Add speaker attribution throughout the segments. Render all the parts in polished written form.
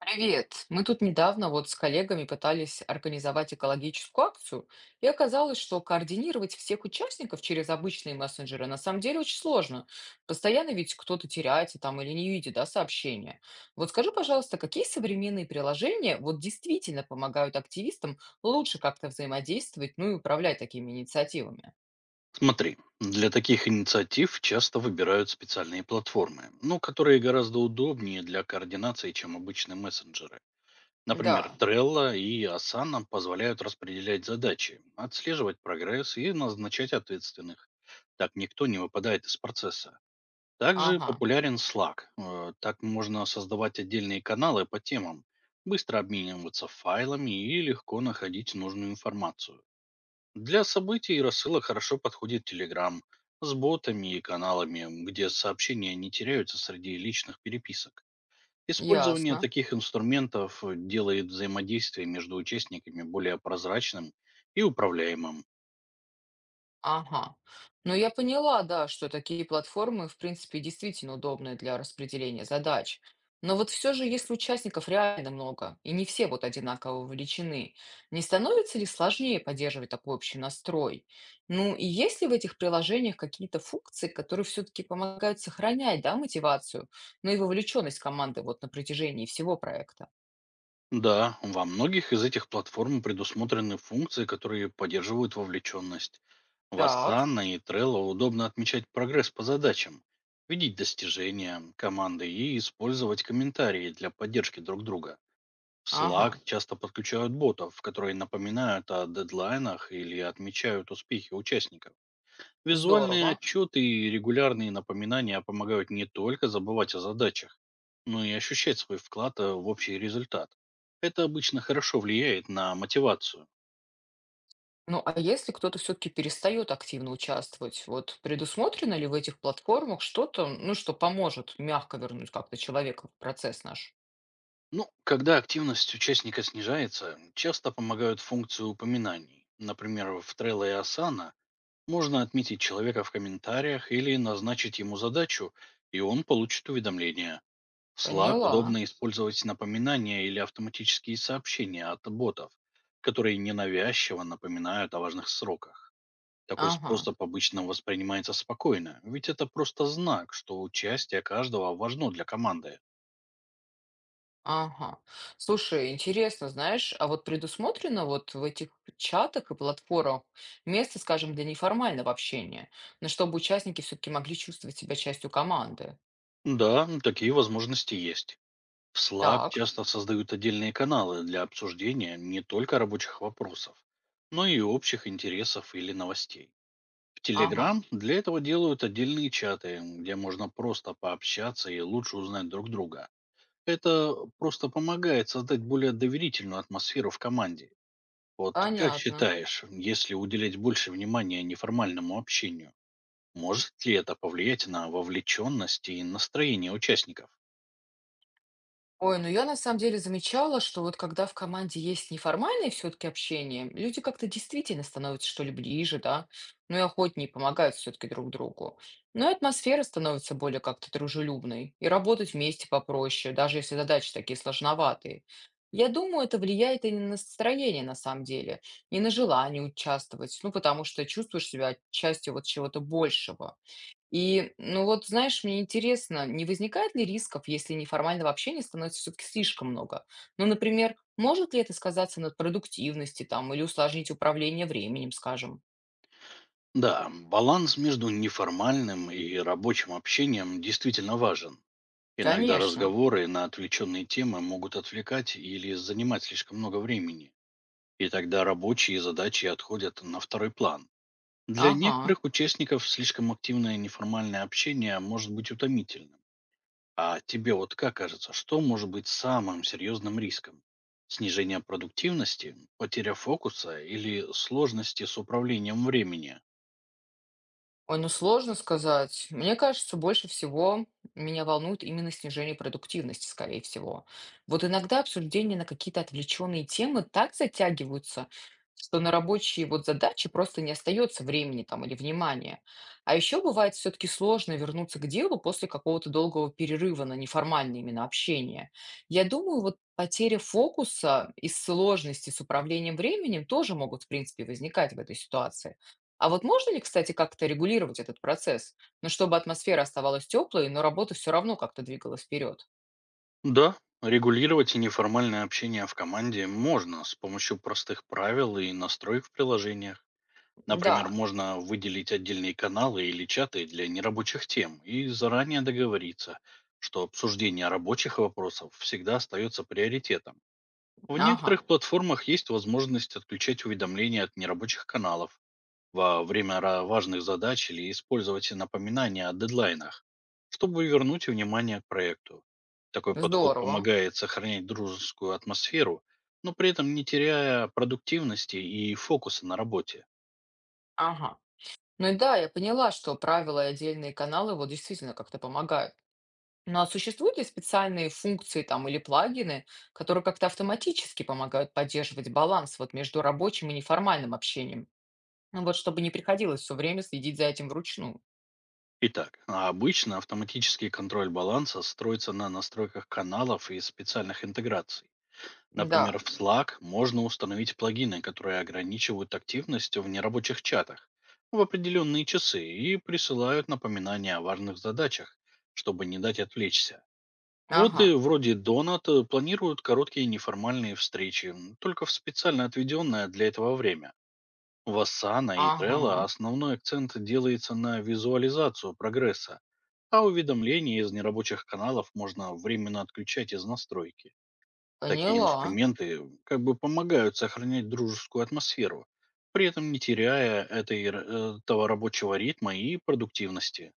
Speaker 1: Привет! Мы тут недавно вот с коллегами пытались организовать экологическую акцию, и оказалось, что координировать всех участников через обычные мессенджеры на самом деле очень сложно. Постоянно ведь кто-то теряется там или не видит, да, сообщения. Вот скажи, пожалуйста, какие современные приложения вот действительно помогают активистам лучше как-то взаимодействовать, ну и управлять такими инициативами?
Speaker 2: Смотри, для таких инициатив часто выбирают специальные платформы, ну, которые гораздо удобнее для координации, чем обычные мессенджеры. Например,
Speaker 1: Да,
Speaker 2: Trello и Asana позволяют распределять задачи, отслеживать прогресс и назначать ответственных. Так никто не выпадает из процесса. Также
Speaker 1: ага,
Speaker 2: популярен Slack. Так можно создавать отдельные каналы по темам, быстро обмениваться файлами и легко находить нужную информацию. Для событий и рассылок хорошо подходит Telegram с ботами и каналами, где сообщения не теряются среди личных переписок. Использование
Speaker 1: ясно.
Speaker 2: таких инструментов делает взаимодействие между участниками более прозрачным и управляемым.
Speaker 1: Ага. Ну, я поняла, да, что такие платформы, в принципе, действительно удобны для распределения задач. Но вот все же, если участников реально много, и не все вот одинаково вовлечены, не становится ли сложнее поддерживать такой общий настрой? Ну, и есть ли в этих приложениях какие-то функции, которые все-таки помогают сохранять, да, мотивацию, ну и вовлеченность команды вот на протяжении всего проекта?
Speaker 2: Да, во многих из этих платформ предусмотрены функции, которые поддерживают вовлеченность. В
Speaker 1: Так,
Speaker 2: Asana и Trello удобно отмечать прогресс по задачам, видеть достижения команды и использовать комментарии для поддержки друг друга. В
Speaker 1: ага,
Speaker 2: Slack часто подключают ботов, которые напоминают о дедлайнах или отмечают успехи участников. Визуальные
Speaker 1: здорово.
Speaker 2: отчеты и регулярные напоминания помогают не только забывать о задачах, но и ощущать свой вклад в общий результат. Это обычно хорошо влияет на мотивацию.
Speaker 1: Ну, а если кто-то все-таки перестает активно участвовать, вот предусмотрено ли в этих платформах что-то, ну, что поможет мягко вернуть как-то человека в процесс наш?
Speaker 2: Ну, когда активность участника снижается, часто помогают функции упоминаний. Например, в Trello и Asana можно отметить человека в комментариях или назначить ему задачу, и он получит уведомление. В Slack
Speaker 1: Поняла.
Speaker 2: удобно использовать напоминания или автоматические сообщения от ботов, которые ненавязчиво напоминают о важных сроках. Такой
Speaker 1: Ага,
Speaker 2: способ обычно воспринимается спокойно, ведь это просто знак, что участие каждого важно для команды.
Speaker 1: ага. Слушай, интересно, знаешь, а вот предусмотрено вот в этих чатах и платформах место, скажем, для неформального общения, но чтобы участники все-таки могли чувствовать себя частью команды?
Speaker 2: Да, такие возможности есть. В Slack
Speaker 1: Так,
Speaker 2: часто создают отдельные каналы для обсуждения не только рабочих вопросов, но и общих интересов или новостей. В
Speaker 1: ага,
Speaker 2: Telegram для этого делают отдельные чаты, где можно просто пообщаться и лучше узнать друг друга. Это просто помогает создать более доверительную атмосферу в команде. Вот как
Speaker 1: понятно.
Speaker 2: считаешь, если уделять больше внимания неформальному общению, может ли это повлиять на вовлеченность и настроение участников?
Speaker 1: Ой, ну я на самом деле замечала, что вот когда в команде есть неформальное все-таки общение, люди как-то действительно становятся что ли ближе, да, ну и охотнее помогают все-таки друг другу. Но и атмосфера становится более как-то дружелюбной, и работать вместе попроще, даже если задачи такие сложноватые. Я думаю, это влияет и на настроение на самом деле, и на желание участвовать, ну потому что чувствуешь себя частью вот чего-то большего. И, ну вот, знаешь, мне интересно, не возникает ли рисков, если неформального общения становится все-таки слишком много? Ну, например, может ли это сказаться на продуктивности там или усложнить управление временем, скажем?
Speaker 2: Да, баланс между неформальным и рабочим общением действительно важен. Иногда
Speaker 1: Конечно.
Speaker 2: разговоры на отвлеченные темы могут отвлекать или занимать слишком много времени. И тогда рабочие задачи отходят на второй план. Для
Speaker 1: Ага.
Speaker 2: некоторых участников слишком активное неформальное общение может быть утомительным. А тебе вот как кажется, что может быть самым серьезным риском? Снижение продуктивности, потеря фокуса или сложности с управлением времени?
Speaker 1: Ой, ну сложно сказать. Мне кажется, больше всего меня волнует именно снижение продуктивности, скорее всего. Вот иногда обсуждения на какие-то отвлеченные темы так затягиваются, что на рабочие вот задачи просто не остается времени там или внимания. А еще бывает все-таки сложно вернуться к делу после какого-то долгого перерыва на неформальное именно общение. Я думаю, вот потеря фокуса и сложности с управлением временем тоже могут, в принципе, возникать в этой ситуации. А вот можно ли, кстати, как-то регулировать этот процесс? Ну, чтобы атмосфера оставалась теплой, но работа все равно как-то двигалась вперед.
Speaker 2: Да, регулировать неформальное общение в команде можно с помощью простых правил и настроек в приложениях. Например,
Speaker 1: Да,
Speaker 2: можно выделить отдельные каналы или чаты для нерабочих тем и заранее договориться, что обсуждение рабочих вопросов всегда остается приоритетом. В
Speaker 1: ага,
Speaker 2: некоторых платформах есть возможность отключать уведомления от нерабочих каналов во время важных задач или использовать напоминания о дедлайнах, чтобы вернуть внимание к проекту. Такой подход
Speaker 1: здорово,
Speaker 2: помогает сохранять дружескую атмосферу, но при этом не теряя продуктивности и фокуса на работе.
Speaker 1: ага. Ну и да, я поняла, что правила и отдельные каналы вот действительно как-то помогают. Ну а существуют ли специальные функции там или плагины, которые как-то автоматически помогают поддерживать баланс вот между рабочим и неформальным общением? Ну вот чтобы не приходилось все время следить за этим вручную.
Speaker 2: Итак, а обычно автоматический контроль баланса строится на настройках каналов и специальных интеграций.
Speaker 1: Да,
Speaker 2: Например, в Slack можно установить плагины, которые ограничивают активность в нерабочих чатах в определенные часы и присылают напоминания о важных задачах, чтобы не дать отвлечься.
Speaker 1: ага,
Speaker 2: Боты вроде Donut планируют короткие неформальные встречи, только в специально отведенное для этого время. В Asana и
Speaker 1: ага,
Speaker 2: Trello основной акцент делается на визуализацию прогресса, а уведомления из нерабочих каналов можно временно отключать из настройки. Такие
Speaker 1: поняла.
Speaker 2: инструменты как бы помогают сохранять дружескую атмосферу, при этом не теряя этого рабочего ритма и продуктивности.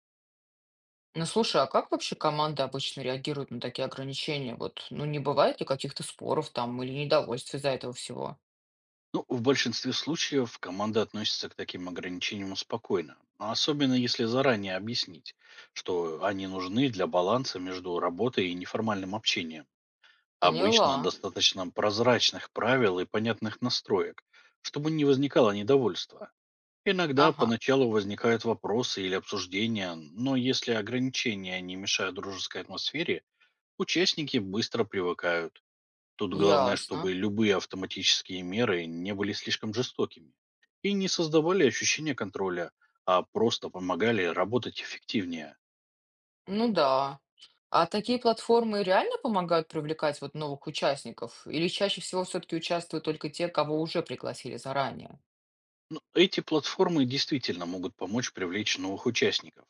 Speaker 1: Ну, слушай, а как вообще команда обычно реагирует на такие ограничения? Вот, ну, не бывает ли каких-то споров там или недовольств из-за этого всего?
Speaker 2: Ну, в большинстве случаев команда относится к таким ограничениям спокойно, а особенно если заранее объяснить, что они нужны для баланса между работой и неформальным общением. Обычно
Speaker 1: Поняла.
Speaker 2: достаточно прозрачных правил и понятных настроек, чтобы не возникало недовольства. Иногда
Speaker 1: Ага,
Speaker 2: поначалу возникают вопросы или обсуждения, но если ограничения не мешают дружеской атмосфере, участники быстро привыкают. Тут главное,
Speaker 1: ясно.
Speaker 2: чтобы любые автоматические меры не были слишком жестокими и не создавали ощущения контроля, а просто помогали работать эффективнее.
Speaker 1: Ну да. А такие платформы реально помогают привлекать вот новых участников? Или чаще всего все-таки участвуют только те, кого уже пригласили заранее?
Speaker 2: Эти платформы действительно могут помочь привлечь новых участников,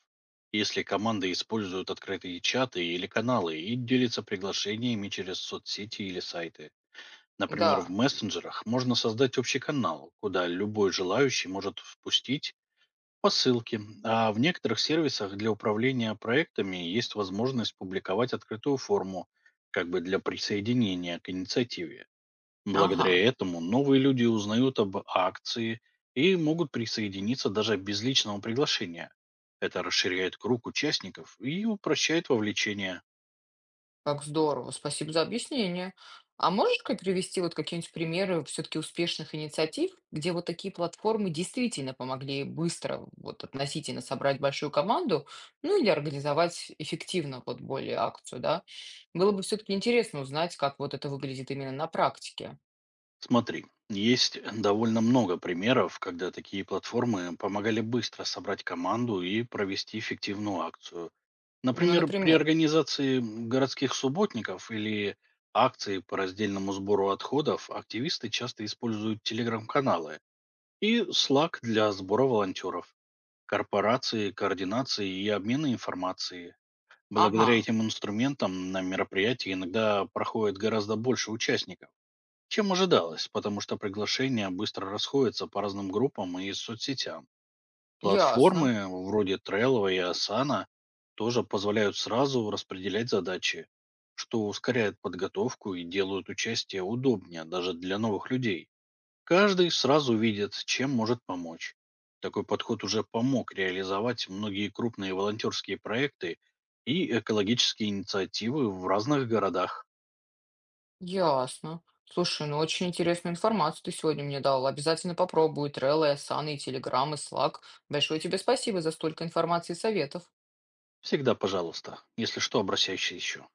Speaker 2: если команды используют открытые чаты или каналы и делятся приглашениями через соцсети или сайты. Например, в
Speaker 1: Да.
Speaker 2: мессенджерах можно создать общий канал, куда любой желающий может впустить по ссылке, а в некоторых сервисах для управления проектами есть возможность публиковать открытую форму, как бы для присоединения к инициативе.
Speaker 1: Ага.
Speaker 2: Благодаря этому новые люди узнают об акции и могут присоединиться даже без личного приглашения. Это расширяет круг участников и упрощает вовлечение.
Speaker 1: Как здорово, спасибо за объяснение. А можешь как привести вот какие-нибудь примеры все-таки успешных инициатив, где вот такие платформы действительно помогли быстро вот относительно собрать большую команду, ну или организовать эффективно вот более акцию, да? Было бы все-таки интересно узнать, как вот это выглядит именно на практике.
Speaker 2: Смотри, есть довольно много примеров, когда такие платформы помогали быстро собрать команду и провести эффективную акцию.
Speaker 1: Ну,
Speaker 2: Например, при
Speaker 1: например,
Speaker 2: организации городских субботников или акции по раздельному сбору отходов активисты часто используют телеграм-каналы и Slack для сбора волонтеров. Корпорации, координации и обмена информацией.
Speaker 1: ага,
Speaker 2: Благодаря этим инструментам на мероприятии иногда проходит гораздо больше участников, чем ожидалось, потому что приглашения быстро расходятся по разным группам и соцсетям.
Speaker 1: ясно.
Speaker 2: Платформы вроде Trello и Asana тоже позволяют сразу распределять задачи, что ускоряет подготовку и делают участие удобнее даже для новых людей. Каждый сразу видит, чем может помочь. Такой подход уже помог реализовать многие крупные волонтерские проекты и экологические инициативы в разных городах.
Speaker 1: Ясно. Слушай, ну очень интересную информацию ты сегодня мне дал. Обязательно попробую Trello, Asana и Telegram и Slack. Большое тебе спасибо за столько информации и советов.
Speaker 2: Всегда, пожалуйста, если что, обращайся еще.